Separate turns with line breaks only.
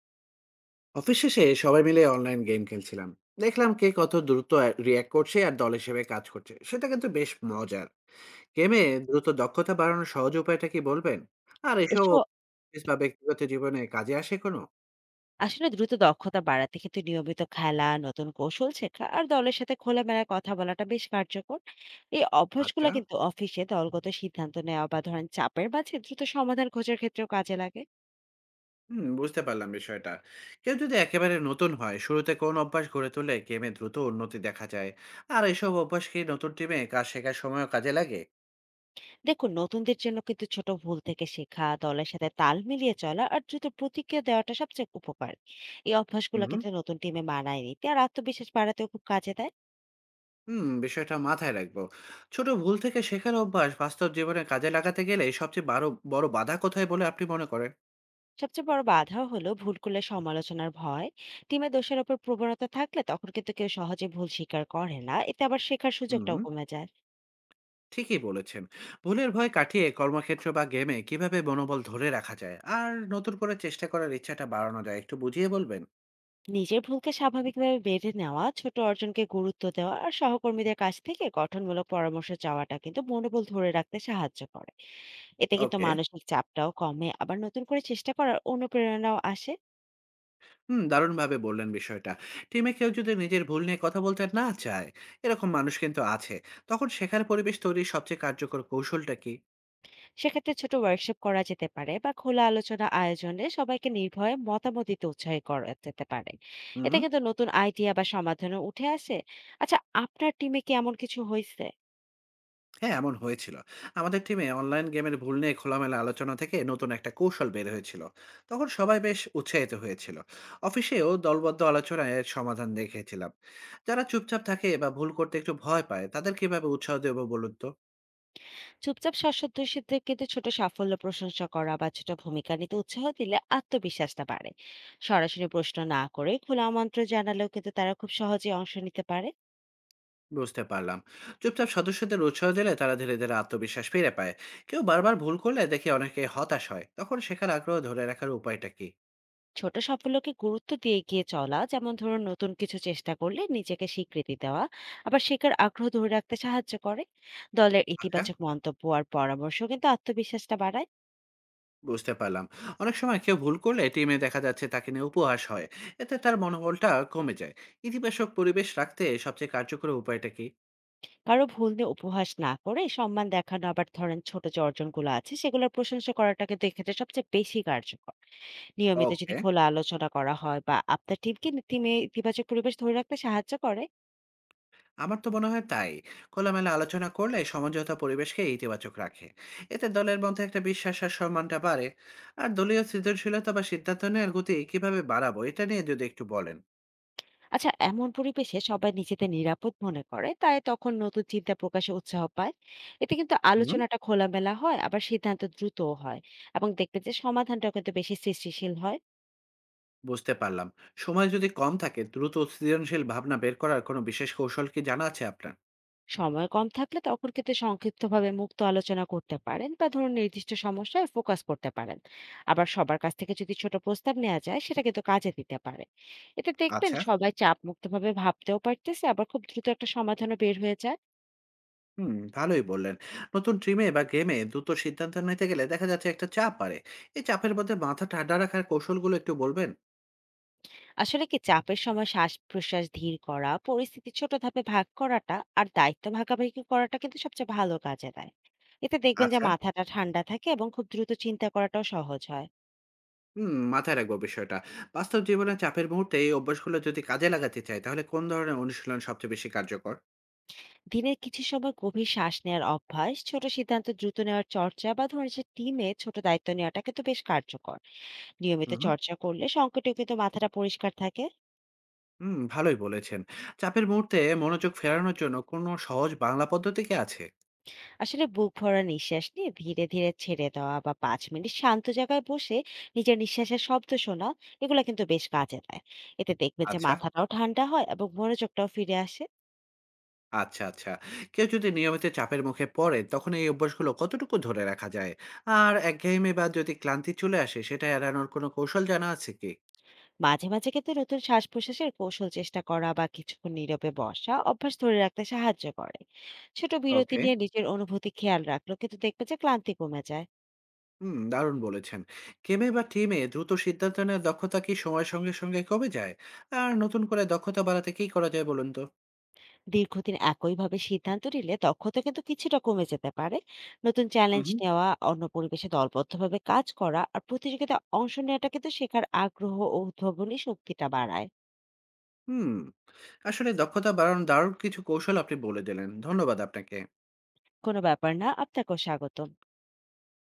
Office শেষে সবাই মিলে অনলাইন গেম খেলছিলাম। দেখলাম কে কত দ্রুত রিয়্যাক্ট করছে আর দল হিসেবে কাজ করছে, সেটা কিন্তু বেশ মজার। গেমে দ্রুত দক্ষতা বাড়ানোর সহজ উপায়টা কি বলবেন? আর এসব
এসব।
অফিস বা ব্যক্তিগত জীবনে কাজে আসে কোনো?
আসলে দ্রুত দক্ষতা বাড়াতে কিন্তু নিয়মিত খেলা, নতুন কৌশল শেখা আর দলের সাথে খোলামেলায় কথা বলাটা বেশ কার্যকর। এই অভ্যাসগুলো
আচ্ছা।
কিন্তু অফিসে দলগত সিদ্ধান্ত নেওয়া বা ধরেন চাপের মাঝে দ্রুত সমাধান খোঁজার ক্ষেত্রেও কাজে লাগে।
হুম, বুঝতে পারলাম বিষয়টা। কেউ যদি একেবারে নতুন হয়, শুরুতে কোন অভ্যাস গড়ে তুলে গেমে দ্রুত উন্নতি দেখা যায়? আর এসব অভ্যাস কি নতুন টিমে কাজ শেখার সময়ও কাজে লাগে?
দেখুন, নতুনদের জন্য কিন্তু ছোট ভুল থেকে শেখা, দলের সাথে তাল মিলিয়ে চলা আর দ্রুত প্রতিক্রিয়া দেওয়াটা সবচেয়ে উপকার। এই অভ্যাসগুলো
হুম।
কিন্তু নতুন টিমে মানায় নিতে আর আত্মবিশ্বাস বাড়াতেও খুব কাজে দেয়।
হুম, বিষয়টা মাথায় রাখবো। ছোট ভুল থেকে শেখার অভ্যাস বাস্তব জীবনে কাজে লাগাতে গেলে সবচেয়ে 12 বড় বাধা কোথায় বলে আপনি মনে করেন?
সবচেয়ে বড় বাধা হলো ভুল করলে সমালোচনার ভয়। টিমে দোষের ওপর প্রবণতা থাকলে তখন কিন্তু কেউ সহজে ভুল স্বীকার করে না, এতে আবার শেখার সুযোগটাও
হুম,
কমে যায়।
ঠিকই বলেছেন। ভুলের ভয় কাটিয়ে কর্মক্ষেত্র বা গেমে কিভাবে মনোবল ধরে রাখা যায় আর নতুন করে চেষ্টা করার ইচ্ছাটা বাড়ানো যায়, একটু বুঝিয়ে বলবেন?
নিজের ভুলকে স্বাভাবিকভাবে বেড়ে নেওয়া, ছোট অর্জনকে গুরুত্ব দেওয়া আর সহকর্মীদের কাছ থেকে গঠনমূলক পরামর্শ চাওয়াটা কিন্তু মনোবল ধরে রাখতে সাহায্য করে। এতে কিন্তু
ওকে।
মানসিক চাপটাও কমে, আবার নতুন করে চেষ্টা করার অনুপ্রেরণাও আসে।
হুম, দারুণভাবে বললেন বিষয়টা। টিমে কেউ যদি নিজের ভুল নিয়ে কথা বলতে না চায়, এরকম মানুষ কিন্তু আছে। তখন শেখার পরিবেশ তৈরির সবচেয়ে কার্যকর কৌশলটা কি?
সেক্ষেত্রে ছোট ওয়ার্কশপ করা যেতে পারে, বা খোলা আলোচনা আয়োজনে সবাইকে নির্ভয়ে মতামত দিতে উৎসাহী করা যেতে পারে।
হুম।
এতে কিন্তু নতুন আইডিয়া বা সমাধানও উঠে আসে। আচ্ছা, আপনার টিমে কি এমন কিছু হয়েছে?
হ্যাঁ, এমন হয়েছিল। আমাদের টিমে অনলাইন গেমের ভুল নিয়ে খোলামেলা আলোচনা থেকে নতুন একটা কৌশল বের হয়েছিল। তখন সবাই বেশ উৎসাহিত হয়েছিল। অফিসেও দলবদ্ধ আলোচনায় এর সমাধান দেখেছিলাম। যারা চুপচাপ থাকে বা ভুল করতে একটু ভয় পায়, তাদের কিভাবে উৎসাহ দেব বলুন তো?
চুপচাপ সদস্যদের কিন্তু ছোট সাফল্য প্রশংসা করা বা ছোট ভূমিকা নিতে উৎসাহ দিলে আত্মবিশ্বাসটা বাড়ে। সরাসরি প্রশ্ন না করে খোলা আমন্ত্রণ জানালেও কিন্তু তারা খুব সহজে অংশ নিতে পারে।
বুঝতে পারলাম। চুপচাপ সদস্যদের উৎসাহ দিলে তারা ধীরে, ধীরে আত্মবিশ্বাস ফিরে পায়। কেউ বারবার ভুল করলে দেখি অনেকে হতাশ হয়। তখন শেখার আগ্রহ ধরে রাখার উপায়টা কি?
ছোট সাফল্যকে গুরুত্ব দিয়ে এগিয়ে চলা, যেমন ধরুন নতুন কিছু চেষ্টা করলে নিজেকে স্বীকৃতি দেওয়া, আবার শেখার আগ্রহ ধরে রাখতে সাহায্য করে। দলের
আচ্ছা।
ইতিবাচক মন্তব্য আর পরামর্শ কিন্তু আত্মবিশ্বাসটা বাড়ায়।
বুঝতে পারলাম। অনেক সময় কেউ ভুল করলে টিমে দেখা যাচ্ছে তাকে নিয়ে উপহাস হয়। এতে তার মনোবলটা কমে যায়। ইতিবাচক পরিবেশ রাখতে সবচেয়ে কার্যকর উপায়টা কি?
কারো ভুল নিয়ে উপহাস না করে সম্মান দেখানো, আবার ধরেন ছোট যে অর্জনগুলো আছে সেগুলোর প্রশংসা করাটা কিন্তু এক্ষেত্রে সবচেয়ে বেশি কার্যকর। নিয়মিত যদি
ওকে।
খোলা আলোচনা করা হয় বা আপনার টিমে ইতিবাচক পরিবেশ ধরে রাখতে সাহায্য করে।
আমার তো মনে হয় তাই। খোলামেলা আলোচনা করলে সমঝোতা পরিবেশকে ইতিবাচক রাখে। এতে দলের মধ্যে একটা বিশ্বাস আর সম্মানটা বাড়ে। আর দলীয় সৃজনশীলতা বা সিদ্ধান্ত নেওয়ার গতি কিভাবে বাড়াবো, এটা নিয়ে যদি একটু বলেন।
আচ্ছা, এমন পরিবেশে সবাই নিজেদের নিরাপদ মনে করে, তাই তখন নতুন চিন্তা প্রকাশে উৎসাহ পায়। এতে কিন্তু
হুম।
আলোচনাটা খোলামেলা হয়, আবার সিদ্ধান্ত দ্রুতও হয়। এবং দেখবে যে সমাধানটা কিন্তু বেশি সৃষ্টিশীল হয়।
বুঝতে পারলাম। সময় যদি কম থাকে, দ্রুত সৃজনশীল ভাবনা বের করার কোনো বিশেষ কৌশল কি জানা আছে আপনার?
সময় কম থাকলে তখন কিন্তু সংক্ষিপ্তভাবে মুক্ত আলোচনা করতে পারেন, বা ধরুন নির্দিষ্ট সমস্যায় ফোকাস করতে পারেন। আবার সবার কাছ থেকে যদি ছোট প্রস্তাব নেওয়া যায়, সেটা কিন্তু কাজে দিতে পারে। এতে দেখবেন
আচ্ছা।
সবাই চাপ মুক্তভাবে ভাবতেও পারতেছে, আবার খুব দ্রুত একটা সমাধানও বের হয়ে যায়।
হুম, ভালোই বললেন। নতুন টিমে বা গেমে দ্রুত সিদ্ধান্ত নিতে গেলে দেখা যাচ্ছে একটা চাপ বাড়ে। এই চাপের মধ্যে মাথা ঠান্ডা রাখার কৌশলগুলো একটু বলবেন?
আসলে কি, চাপের সময় শ্বাস-প্রশ্বাস ধীর করা, পরিস্থিতি ছোট ধাপে ভাগ করাটা আর দায়িত্ব ভাগাভাগি করাটা কিন্তু সবচেয়ে ভালো কাজে দেয়। এতে দেখবেন যে
আচ্ছা।
মাথাটা ঠান্ডা থাকে এবং খুব দ্রুত চিন্তা করাটাও সহজ হয়।
হুম, মাথায় রাখবো বিষয়টা। বাস্তব জীবনে চাপের মুহূর্তে এই অভ্যাসগুলো যদি কাজে লাগাতে চাই, তাহলে কোন ধরনের অনুশীলন সবচেয়ে বেশি কার্যকর?
দিনের কিছু সময় গভীর শ্বাস নেওয়ার অভ্যাস, ছোট সিদ্ধান্ত দ্রুত নেওয়ার চর্চা বা ধরেন যে টিমে ছোট দায়িত্ব নেওয়াটা কিন্তু বেশ কার্যকর। নিয়মিত
হুম, হুম।
চর্চা করলে সংকটেও কিন্তু মাথাটা পরিষ্কার থাকে।
হুম, ভালোই বলেছেন। চাপের মুহূর্তে মনোযোগ ফেরানোর জন্য কোনো সহজ বাংলা পদ্ধতি কি আছে?
আসলে বুক ভরা নিঃশ্বাস নিয়ে ধীরে ধীরে ছেড়ে দেওয়া, বা 5 মিনিট শান্ত জায়গায় বসে নিজের নিঃশ্বাসের শব্দ শোনা, এগুলো কিন্তু বেশ কাজে দেয়। এতে দেখবেন যে
আচ্ছা।
মাথাটাও ঠান্ডা হয় এবং মনোযোগটাও ফিরে আসে।
আচ্ছা, আচ্ছা। কেউ যদি নিয়মিত চাপের মুখে পড়ে, তখন এই অভ্যাসগুলো কতটুকু ধরে রাখা যায়? আর একঘেয়েমি বা যদি ক্লান্তি চলে আসে, সেটা এড়ানোর কোনো কৌশল জানা আছে কি?
মাঝে মাঝে কিন্তু নতুন শ্বাস প্রশ্বাসের কৌশল চেষ্টা করা, বা কিছুক্ষণ নীরবে বসা, অভ্যাস ধরে রাখতে সাহায্য করে। ছোট বিরতি
ওকে।
নিয়ে নিজের অনুভূতি খেয়াল রাখলো কিন্তু দেখবেন যে ক্লান্তি কমে যায়।
হুম, দারুণ বলেছেন। গেমে বা টিমে দ্রুত সিদ্ধান্ত নেওয়ার দক্ষতা কি সময়ের সঙ্গে, সঙ্গে কমে যায়? আর নতুন করে দক্ষতা বাড়াতে কি করা যায় বলুন তো?
দীর্ঘদিন একইভাবে সিদ্ধান্ত নিলে দক্ষতা কিন্তু কিছুটা কমে যেতে পারে। নতুন
হুম,
চ্যালেঞ্জ
হুম।
নেওয়া, অন্য পরিবেশে দলবদ্ধভাবে কাজ করা আর প্রতিযোগিতায় অংশ নেওয়াটা কিন্তু শেখার আগ্রহ ও উদ্ভাবনী শক্তিটা বাড়ায়।
হুম। আসলে দক্ষতা বাড়ানোর দারুণ কিছু কৌশল আপনি বলে দিলেন। ধন্যবাদ আপনাকে।
কোনো ব্যাপার না, আপনাকেও স্বাগত।